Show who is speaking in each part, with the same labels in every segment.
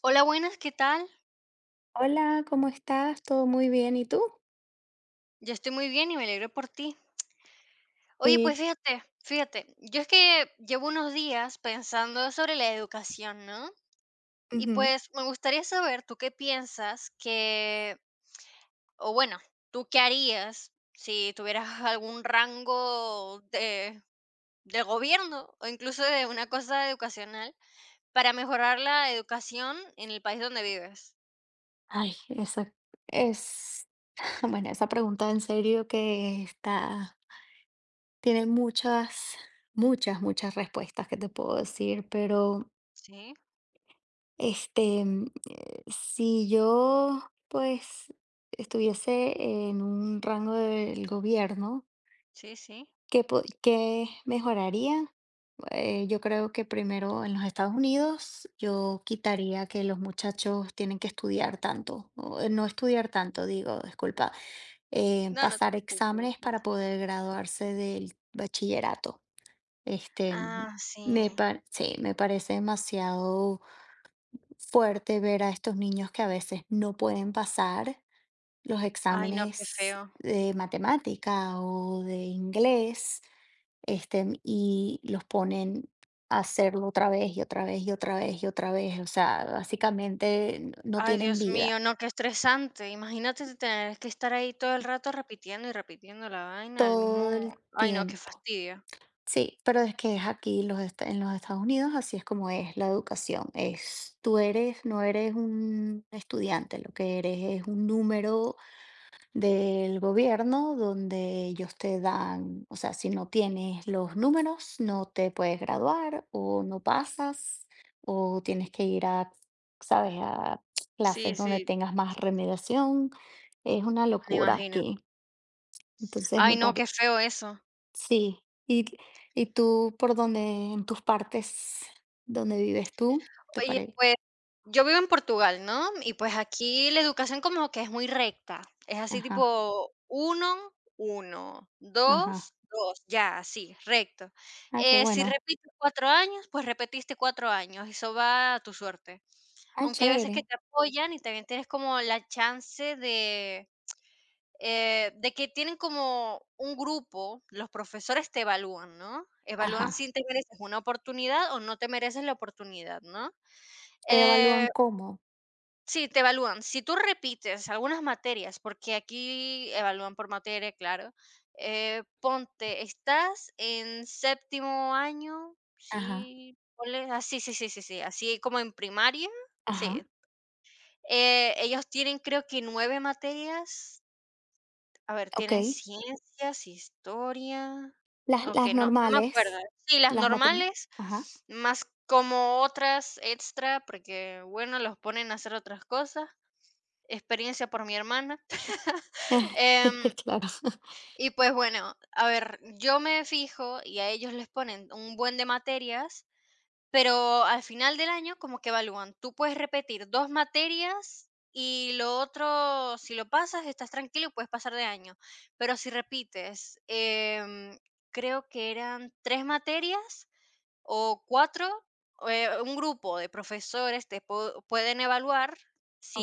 Speaker 1: Hola, buenas, ¿qué tal?
Speaker 2: Hola, ¿cómo estás? ¿Todo muy bien? ¿Y tú?
Speaker 1: Yo estoy muy bien y me alegro por ti. Oye, pues
Speaker 2: Sí,
Speaker 1: fíjate, yo es que llevo unos días pensando sobre la educación, ¿no? Y
Speaker 2: ujú.
Speaker 1: pues me gustaría saber, ¿tú qué piensas que, o bueno, tú qué harías si tuvieras algún rango de gobierno o incluso de una cosa educacional para mejorar la educación en el país donde vives?
Speaker 2: Ay, es, bueno, esa pregunta en serio tiene muchas, muchas, muchas respuestas que te puedo decir, pero
Speaker 1: Sí,
Speaker 2: este, si yo pues estuviese en un rango del gobierno.
Speaker 1: sí, sí.
Speaker 2: ¿Qué mejoraría? Yo creo que primero en los Estados Unidos yo quitaría que los muchachos tienen que estudiar tanto, o, no estudiar tanto, digo, disculpa,
Speaker 1: No, no te
Speaker 2: pasar
Speaker 1: preocupes,
Speaker 2: exámenes para
Speaker 1: tranquila.
Speaker 2: poder graduarse del bachillerato. Este,
Speaker 1: Ah, sí.
Speaker 2: sí, me parece demasiado fuerte ver a estos niños que a veces no pueden pasar los
Speaker 1: Ay, no, qué
Speaker 2: exámenes
Speaker 1: feo.
Speaker 2: de matemática o de inglés, este, y los ponen a hacerlo otra vez y otra vez y otra vez y otra vez. O sea, básicamente no
Speaker 1: Ay,
Speaker 2: tienen
Speaker 1: Dios
Speaker 2: vida
Speaker 1: mío, no, qué estresante. Imagínate de tener que estar ahí todo el rato repitiendo y repitiendo la vaina, el
Speaker 2: todo
Speaker 1: mismo.
Speaker 2: el
Speaker 1: Ay, no, qué
Speaker 2: tiempo.
Speaker 1: fastidio.
Speaker 2: Sí, pero es que es aquí en los Estados Unidos, así es como es la educación. Es, tú eres, no eres un estudiante, lo que eres es un número del gobierno donde ellos te dan, o sea, si no tienes los números, no te puedes graduar o no pasas o tienes que ir a, sabes, a
Speaker 1: Sí,
Speaker 2: clases donde
Speaker 1: sí,
Speaker 2: tengas más remediación. Es una
Speaker 1: me
Speaker 2: locura
Speaker 1: imagino.
Speaker 2: aquí. Entonces
Speaker 1: Ay,
Speaker 2: me
Speaker 1: no, qué
Speaker 2: parece.
Speaker 1: feo eso.
Speaker 2: Sí. ¿Y, y tú por dónde, en tus partes, donde vives tú? ¿Te
Speaker 1: Oye,
Speaker 2: parece?
Speaker 1: pues, yo vivo en Portugal, ¿no? Y pues aquí la educación como que es muy recta. Es así
Speaker 2: Ajá,
Speaker 1: tipo uno, uno,
Speaker 2: ajá.
Speaker 1: dos, 2, ya, así, recto.
Speaker 2: Ah, qué
Speaker 1: Si
Speaker 2: bueno.
Speaker 1: repites 4 años, pues repetiste 4 años. Eso va a tu suerte.
Speaker 2: Ah,
Speaker 1: Aunque hay veces que
Speaker 2: chévere.
Speaker 1: te apoyan y también tienes como la chance de que tienen como un grupo, los profesores te evalúan, ¿no? Evalúan
Speaker 2: Ajá.
Speaker 1: si te mereces una oportunidad o no te mereces la oportunidad, ¿no?
Speaker 2: Te evalúan
Speaker 1: Eh,
Speaker 2: cómo.
Speaker 1: sí, te evalúan. Si tú repites algunas materias, porque aquí evalúan por materia, claro. Ponte, estás en séptimo año,
Speaker 2: Ajá,
Speaker 1: sí, ah, sí, sí, sí, sí, sí, así como en primaria,
Speaker 2: ajá.
Speaker 1: sí. Ellos tienen creo que 9 materias. A ver, tienen
Speaker 2: Okey.
Speaker 1: ciencias, historia.
Speaker 2: Las
Speaker 1: Ok,
Speaker 2: las
Speaker 1: no, no me acuerdo.
Speaker 2: normales,
Speaker 1: Sí, las
Speaker 2: las matern
Speaker 1: normales,
Speaker 2: ajá.
Speaker 1: más como otras extra, porque bueno, los ponen a hacer otras cosas. Experiencia por mi hermana. Em,
Speaker 2: Claro.
Speaker 1: y pues bueno, a ver, yo me fijo y a ellos les ponen un buen de materias, pero al final del año como que evalúan, tú puedes repetir 2 materias y lo otro, si lo pasas, estás tranquilo y puedes pasar de año, pero si repites, creo que eran 3 materias, o 4 un grupo de profesores pueden evaluar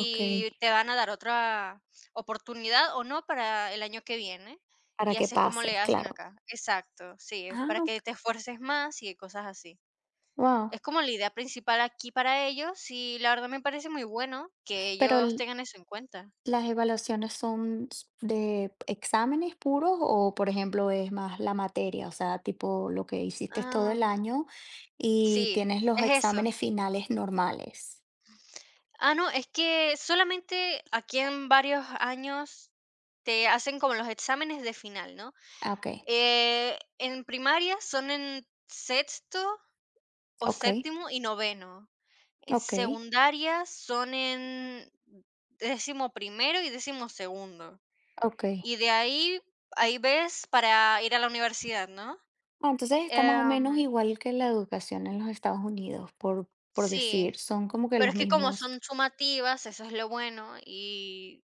Speaker 2: Okey,
Speaker 1: te van a dar otra oportunidad o no para el año que viene.
Speaker 2: para
Speaker 1: Y
Speaker 2: que
Speaker 1: así es como le
Speaker 2: pases,
Speaker 1: hacen
Speaker 2: claro.
Speaker 1: acá. Exacto, sí,
Speaker 2: Ah,
Speaker 1: para que te esfuerces más y cosas así.
Speaker 2: wow.
Speaker 1: Es como la idea principal aquí para ellos y la verdad me parece muy bueno que
Speaker 2: Pero
Speaker 1: ellos
Speaker 2: l
Speaker 1: tengan eso en cuenta.
Speaker 2: ¿las evaluaciones son s de exámenes puros o, por ejemplo, es más la materia? O sea, tipo lo que hiciste todo el
Speaker 1: Ah,
Speaker 2: año y
Speaker 1: sí,
Speaker 2: tienes los
Speaker 1: es eso.
Speaker 2: exámenes finales normales.
Speaker 1: Ah, no, es que solamente aquí en varios años te hacen como los exámenes de final, ¿no?
Speaker 2: Ah, okey,
Speaker 1: En primaria son en sexto o
Speaker 2: okey,
Speaker 1: séptimo y noveno. En
Speaker 2: okey,
Speaker 1: secundaria son en 11.º y 12.º.
Speaker 2: okey.
Speaker 1: Y de ahí, ahí ves para ir a la universidad, ¿no?
Speaker 2: Ah, entonces está más o menos
Speaker 1: Em,
Speaker 2: igual que la educación en los Estados Unidos, por
Speaker 1: sí,
Speaker 2: decir, son como que
Speaker 1: pero
Speaker 2: los
Speaker 1: es que como
Speaker 2: mismos,
Speaker 1: son sumativas, eso es lo bueno.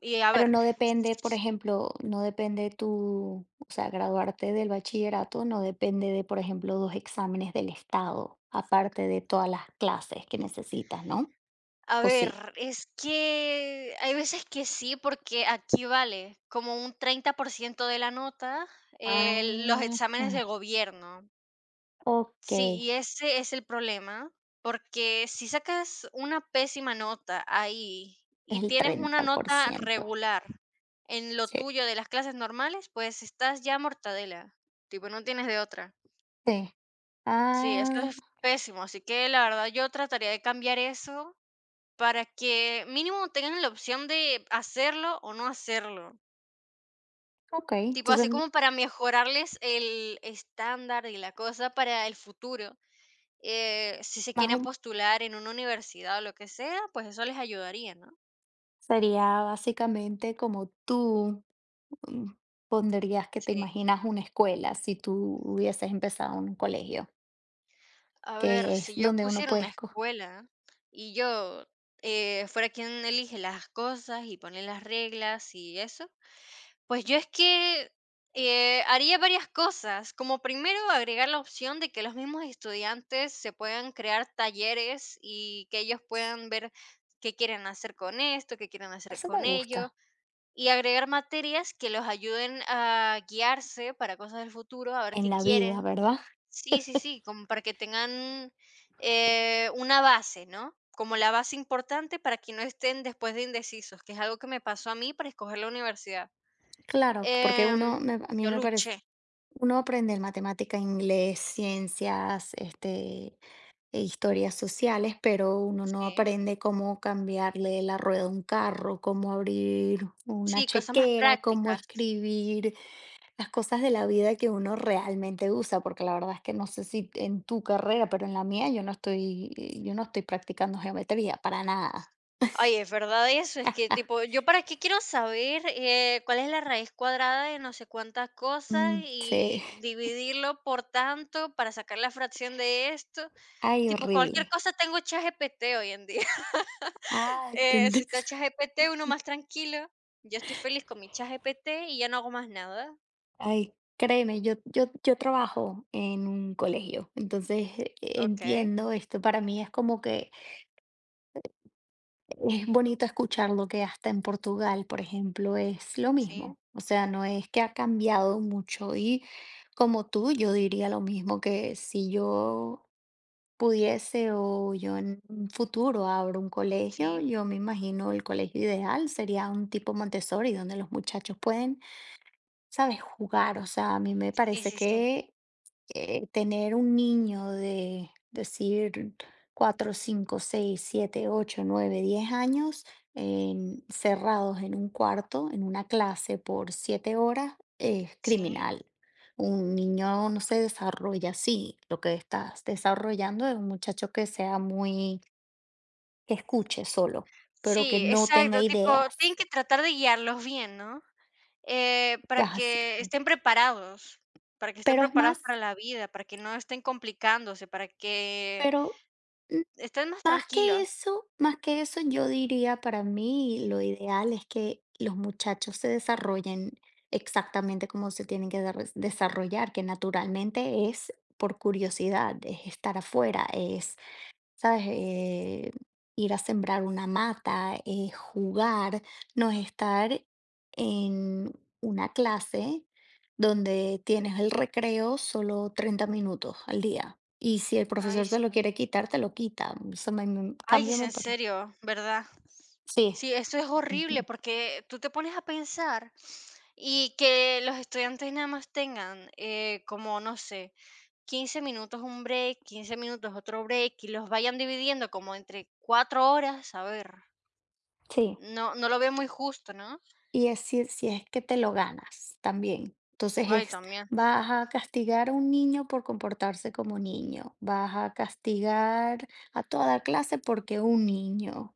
Speaker 1: Y a
Speaker 2: pero
Speaker 1: ver,
Speaker 2: no depende, por ejemplo, no depende tu, o sea, graduarte del bachillerato, no depende de, por ejemplo, dos exámenes del estado, aparte de todas las clases que necesitas, ¿no?
Speaker 1: a
Speaker 2: ¿O
Speaker 1: ver,
Speaker 2: sí?
Speaker 1: es que hay veces que sí, porque aquí vale como un 30% de la nota
Speaker 2: Ah,
Speaker 1: los exámenes
Speaker 2: ah,
Speaker 1: de gobierno.
Speaker 2: ok,
Speaker 1: Sí, y ese es el problema, porque si sacas una pésima nota ahí y
Speaker 2: es el
Speaker 1: tienes una
Speaker 2: treinta por
Speaker 1: nota
Speaker 2: ciento.
Speaker 1: regular en lo
Speaker 2: Sí.
Speaker 1: tuyo de las clases normales, pues estás ya mortadela, tipo, no tienes de otra.
Speaker 2: Sí.
Speaker 1: Sí, eso
Speaker 2: Ah,
Speaker 1: es pésimo, así que la verdad yo trataría de cambiar eso para que mínimo tengan la opción de hacerlo o no hacerlo.
Speaker 2: ok.
Speaker 1: Tipo, así
Speaker 2: Entonces,
Speaker 1: como para mejorarles el estándar y la cosa para el futuro. Si se
Speaker 2: más
Speaker 1: quieren
Speaker 2: o-
Speaker 1: postular en una universidad o lo que sea, pues eso les ayudaría, ¿no?
Speaker 2: sería básicamente como tú. Mm, pondrías que te
Speaker 1: Sí.
Speaker 2: imaginas una escuela si tú hubieses empezado en un colegio,
Speaker 1: A ver,
Speaker 2: que es
Speaker 1: si yo
Speaker 2: donde uno
Speaker 1: pusiera
Speaker 2: puede
Speaker 1: una
Speaker 2: escoger.
Speaker 1: escuela y yo fuera quien elige las cosas y pone las reglas y eso, pues yo es que, haría varias cosas, como primero agregar la opción de que los mismos estudiantes se puedan crear talleres y que ellos puedan ver qué quieren hacer con esto, qué quieren hacer
Speaker 2: Eso me
Speaker 1: con
Speaker 2: gusta
Speaker 1: ello, y agregar materias que los ayuden a guiarse para cosas del futuro, a ver
Speaker 2: en
Speaker 1: qué
Speaker 2: la vida,
Speaker 1: quieren.
Speaker 2: ¿verdad?
Speaker 1: Sí, sí, sí, como para que tengan, una base, ¿no? Como la base importante para que no estén después de indecisos, que es algo que me pasó a mí para escoger la universidad.
Speaker 2: Claro, porque uno,
Speaker 1: Em,
Speaker 2: a mí
Speaker 1: yo
Speaker 2: me parece,
Speaker 1: luché.
Speaker 2: uno aprende matemática, inglés, ciencias, este, e historias sociales, pero uno no
Speaker 1: Sí.
Speaker 2: aprende cómo cambiarle la rueda a un carro, cómo abrir una
Speaker 1: Sí, cosas más
Speaker 2: chequera, cómo
Speaker 1: prácticas.
Speaker 2: escribir las cosas de la vida que uno realmente usa, porque la verdad es que no sé si en tu carrera, pero en la mía yo no estoy practicando geometría para nada.
Speaker 1: Ay, es verdad eso, es que tipo, yo para qué quiero saber cuál es la raíz cuadrada de no sé cuántas cosas
Speaker 2: Mm, sí,
Speaker 1: y dividirlo por tanto para sacar la fracción de esto.
Speaker 2: ay,
Speaker 1: Tipo, cualquier
Speaker 2: horrible.
Speaker 1: cosa tengo ChatGPT hoy en día.
Speaker 2: Ay, te
Speaker 1: Si
Speaker 2: entiendo.
Speaker 1: está ChatGPT, uno más tranquilo. Yo estoy feliz con mi ChatGPT y ya no hago más nada.
Speaker 2: Ay, créeme, yo trabajo en un colegio, entonces
Speaker 1: Ok,
Speaker 2: entiendo esto. Para mí es como que es bonito escuchar lo que hasta en Portugal, por ejemplo, es lo
Speaker 1: sí,
Speaker 2: mismo. O sea, no es que ha cambiado mucho. Y como tú, yo diría lo mismo que si yo pudiese o yo en un futuro abro un colegio,
Speaker 1: sí,
Speaker 2: yo me imagino el colegio ideal sería un tipo Montessori donde los muchachos pueden, sabes, jugar. O sea, a mí me
Speaker 1: sí,
Speaker 2: parece
Speaker 1: sí, sí,
Speaker 2: que tener un niño de decir 4, 5, 6, 7, 8, 9, 10 años cerrados en un cuarto, en una clase por 7 horas, es
Speaker 1: sí.
Speaker 2: criminal. Un niño no se desarrolla así. Lo que estás desarrollando es un muchacho que sea muy, que escuche solo, pero que
Speaker 1: Sí,
Speaker 2: no tenga
Speaker 1: exacto, tipo,
Speaker 2: ideas,
Speaker 1: tienen que tratar de guiarlos bien, ¿no? Para que
Speaker 2: básicamente.
Speaker 1: estén preparados, para que estén
Speaker 2: Pero es
Speaker 1: preparados para
Speaker 2: más,
Speaker 1: la vida, para que no estén complicándose, para que
Speaker 2: pero
Speaker 1: estén más
Speaker 2: más que
Speaker 1: tranquilos.
Speaker 2: eso más que eso, yo diría para mí lo ideal es que los muchachos se desarrollen exactamente como se tienen que darres desarrollar, que naturalmente es por curiosidad, es estar afuera, es, ¿sabes? Ir a sembrar una mata, jugar, no es estar en una clase donde tienes el recreo solo 30 minutos al día. Y si el
Speaker 1: Ay,
Speaker 2: profesor
Speaker 1: sí.
Speaker 2: te lo quiere quitar, te lo quita. Eso
Speaker 1: Ay,
Speaker 2: cambio
Speaker 1: es
Speaker 2: me
Speaker 1: en
Speaker 2: parece.
Speaker 1: serio, ¿verdad?
Speaker 2: Sí,
Speaker 1: Sí, eso es horrible
Speaker 2: ujú,
Speaker 1: porque tú te pones a pensar y que los estudiantes nada más tengan como, no sé, 15 minutos un break, 15 minutos otro break y los vayan dividiendo como entre 4 horas, a ver.
Speaker 2: sí.
Speaker 1: No, no lo veo muy justo, ¿no?
Speaker 2: Y es si es que te lo ganas también. Entonces
Speaker 1: Ay,
Speaker 2: es,
Speaker 1: también.
Speaker 2: vas a castigar a un niño por comportarse como niño, vas a castigar a toda clase porque un niño,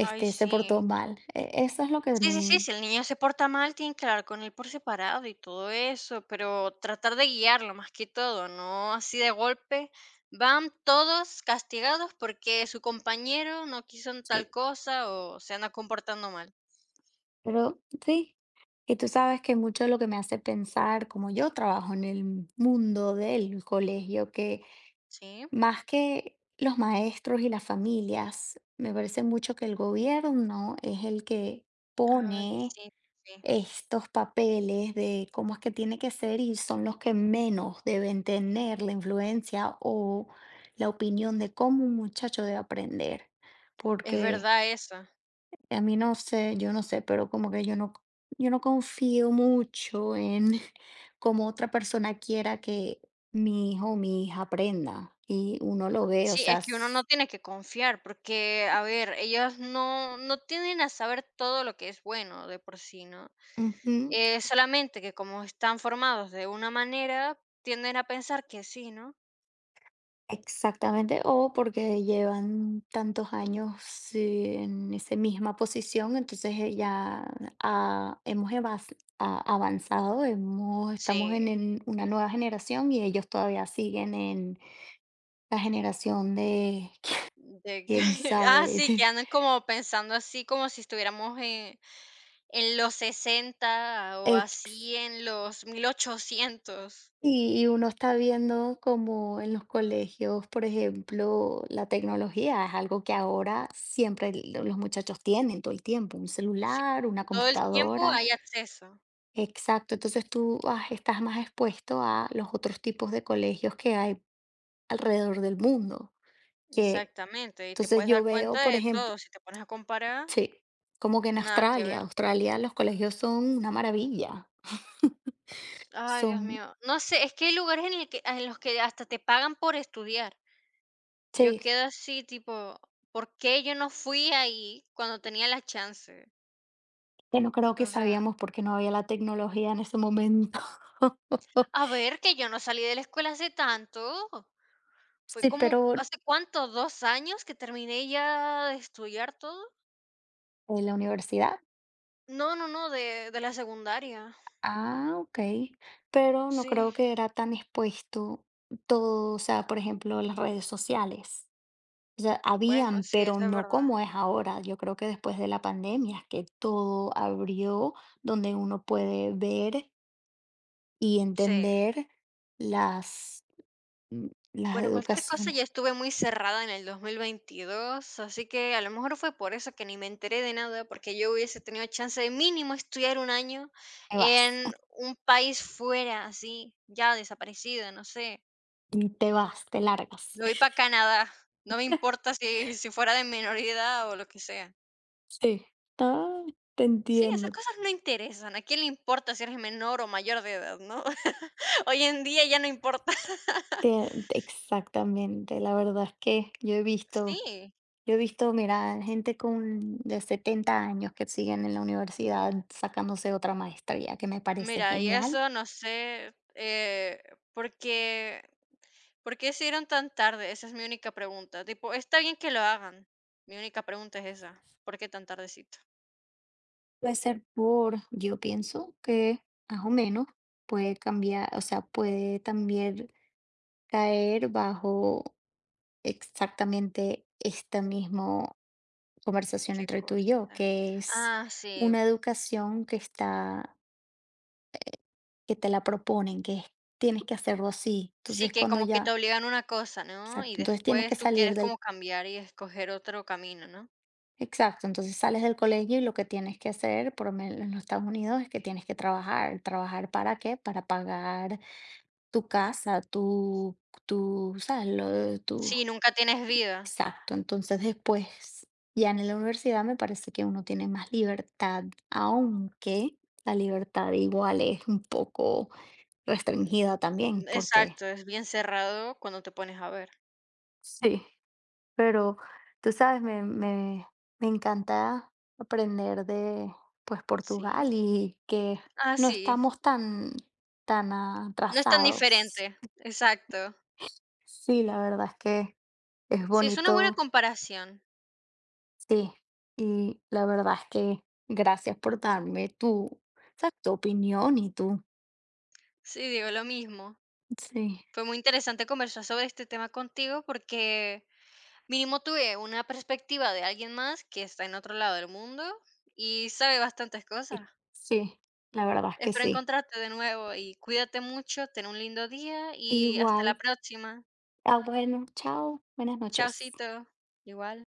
Speaker 1: Ay,
Speaker 2: se
Speaker 1: sí.
Speaker 2: portó mal. Eso es lo que a
Speaker 1: Sí, sí, sí,
Speaker 2: mí,
Speaker 1: si el niño se porta mal, tienen que hablar con él por separado y todo eso, pero tratar de guiarlo más que todo, no así de golpe. Van todos castigados porque su compañero no quiso en tal
Speaker 2: sí,
Speaker 1: cosa o se anda comportando mal.
Speaker 2: pero sí, y tú sabes que mucho de lo que me hace pensar, como yo trabajo en el mundo del colegio, que
Speaker 1: Sí.
Speaker 2: más que los maestros y las familias, me parece mucho que el gobierno es el que
Speaker 1: Ay,
Speaker 2: pone
Speaker 1: sí, sí.
Speaker 2: estos papeles de cómo es que tiene que ser y son los que menos deben tener la influencia o la opinión de cómo un muchacho debe aprender.
Speaker 1: Es
Speaker 2: Porque
Speaker 1: verdad eso.
Speaker 2: a mí no sé, yo no sé, pero como que yo no confío mucho en cómo otra persona quiera que mi hijo o mi hija aprenda. Y uno lo ve, o
Speaker 1: Sí, es
Speaker 2: sea,
Speaker 1: que uno no tiene que confiar, porque, a ver, ellos no, no tienden a saber todo lo que es bueno de por sí, ¿no?
Speaker 2: ujú.
Speaker 1: Solamente que como están formados de una manera, tienden a pensar que sí, ¿no?
Speaker 2: Exactamente, o porque llevan tantos años sí, en esa misma posición, entonces ya ah, hemos evas- avanzado, estamos en,
Speaker 1: Sí.
Speaker 2: en una nueva generación y ellos todavía siguen en la generación de
Speaker 1: De que,
Speaker 2: quién
Speaker 1: ah,
Speaker 2: sabe.
Speaker 1: sí, que andan como pensando así, como si estuviéramos en los 60 o
Speaker 2: ex.
Speaker 1: así en los 1800.
Speaker 2: Y, uno está viendo como en los colegios, por ejemplo, la tecnología es algo que ahora siempre los muchachos tienen todo el tiempo, un
Speaker 1: Sí,
Speaker 2: celular, una
Speaker 1: todo el tiempo
Speaker 2: computadora.
Speaker 1: hay acceso.
Speaker 2: Exacto, entonces tú, ah, estás más expuesto a los otros tipos de colegios que hay alrededor del mundo, que
Speaker 1: Exactamente, y te
Speaker 2: entonces
Speaker 1: puedes
Speaker 2: yo
Speaker 1: dar
Speaker 2: veo,
Speaker 1: cuenta
Speaker 2: por
Speaker 1: de
Speaker 2: ejemplo,
Speaker 1: todo, si te pones a comparar,
Speaker 2: sí, como que en
Speaker 1: nada que
Speaker 2: Australia,
Speaker 1: ver.
Speaker 2: Australia los colegios son una maravilla,
Speaker 1: Ay, Dios
Speaker 2: son,
Speaker 1: mío, no sé, es que hay lugares en, el que, en los que hasta te pagan por estudiar. Yo
Speaker 2: sí,
Speaker 1: quedo así, tipo, ¿por qué yo no fui ahí cuando tenía la chance?
Speaker 2: que no creo que
Speaker 1: O sea,
Speaker 2: sabíamos porque no había la tecnología en ese momento.
Speaker 1: a ver, que yo no salí de la escuela hace tanto. Fue
Speaker 2: Sí,
Speaker 1: como,
Speaker 2: pero
Speaker 1: ¿hace cuánto? ¿2 años que terminé ya de estudiar todo?
Speaker 2: en la universidad,
Speaker 1: No, no, no, de la secundaria.
Speaker 2: ah, ok, pero no
Speaker 1: Sí,
Speaker 2: creo que era tan expuesto todo, o sea, por ejemplo, las redes sociales. O sea,
Speaker 1: bueno,
Speaker 2: habían,
Speaker 1: sí,
Speaker 2: pero
Speaker 1: eso es
Speaker 2: no
Speaker 1: verdad.
Speaker 2: como es ahora. Yo creo que después de la pandemia es que todo abrió, donde uno puede ver y
Speaker 1: Sí.
Speaker 2: entender las, mm, las
Speaker 1: Bueno, cualquier cosa,
Speaker 2: educaciones.
Speaker 1: ya estuve muy cerrada en el 2022, así que a lo mejor fue por eso que ni me enteré de nada, porque yo hubiese tenido chance de mínimo estudiar un año
Speaker 2: Te vas,
Speaker 1: en un país fuera, así, ya desaparecido, no sé.
Speaker 2: te vas, te largas.
Speaker 1: Me voy para Canadá, no me importa si, si fuera de menor edad o lo que sea.
Speaker 2: Sí, ah, te
Speaker 1: Sí, esas
Speaker 2: entiendo.
Speaker 1: cosas no interesan. ¿A quién le importa si eres menor o mayor de edad, no? Hoy en día ya no importa.
Speaker 2: Exactamente. La verdad es que yo he visto,
Speaker 1: Sí,
Speaker 2: yo he visto, mira, gente con de 70 años que siguen en la universidad sacándose otra maestría, que me parece
Speaker 1: mira, y
Speaker 2: genial.
Speaker 1: eso no sé, porque ¿por qué se dieron tan tarde? Esa es mi única pregunta. Tipo, está bien que lo hagan. Mi única pregunta es esa. ¿Por qué tan tardecito?
Speaker 2: Puede ser por, yo pienso que más o menos puede cambiar, o sea, puede también caer bajo exactamente esta misma conversación
Speaker 1: Qué
Speaker 2: entre tú
Speaker 1: cosa.
Speaker 2: y yo, que es
Speaker 1: Ah, sí.
Speaker 2: una educación que está, que te la proponen, que es, tienes que hacerlo así.
Speaker 1: Sí,
Speaker 2: Entonces,
Speaker 1: que
Speaker 2: cuando
Speaker 1: como que te
Speaker 2: ya,
Speaker 1: obligan a una cosa, ¿no? Y
Speaker 2: exacto, entonces tienes que
Speaker 1: después tú
Speaker 2: salir
Speaker 1: quieres como
Speaker 2: del,
Speaker 1: cambiar y escoger otro camino, ¿no?
Speaker 2: exacto, entonces sales del colegio y lo que tienes que hacer, por lo menos en los Estados Unidos, es que tienes que trabajar. ¿Trabajar para qué? Para pagar tu casa, tu ¿sabes? Lo de tu,
Speaker 1: Sí, nunca tienes vida.
Speaker 2: exacto. Entonces, después, ya en la universidad me parece que uno tiene más libertad, aunque la libertad igual es un poco restringida también, porque
Speaker 1: Exacto, es bien cerrado cuando te pones a ver.
Speaker 2: sí, pero tú sabes, me encanta aprender de, pues, Portugal
Speaker 1: Sí.
Speaker 2: y que
Speaker 1: Ah,
Speaker 2: no
Speaker 1: sí.
Speaker 2: estamos tan tan
Speaker 1: No es tan
Speaker 2: atrasados.
Speaker 1: diferente. Exacto.
Speaker 2: Sí, la verdad es que es
Speaker 1: Sí, es una buena
Speaker 2: bonito.
Speaker 1: comparación.
Speaker 2: Sí, y la verdad es que gracias por darme tu, ¿sabes? Tu opinión y tu...
Speaker 1: Sí, digo lo mismo.
Speaker 2: Sí,
Speaker 1: Fue muy interesante conversar sobre este tema contigo porque mínimo tuve una perspectiva de alguien más que está en otro lado del mundo y sabe bastantes cosas.
Speaker 2: sí. Sí, la verdad es que
Speaker 1: Espero
Speaker 2: sí.
Speaker 1: encontrarte de nuevo y cuídate mucho, ten un lindo día y hasta
Speaker 2: Igual.
Speaker 1: la próxima.
Speaker 2: Ah, bueno, chao, buenas noches.
Speaker 1: Chaucito. Igual.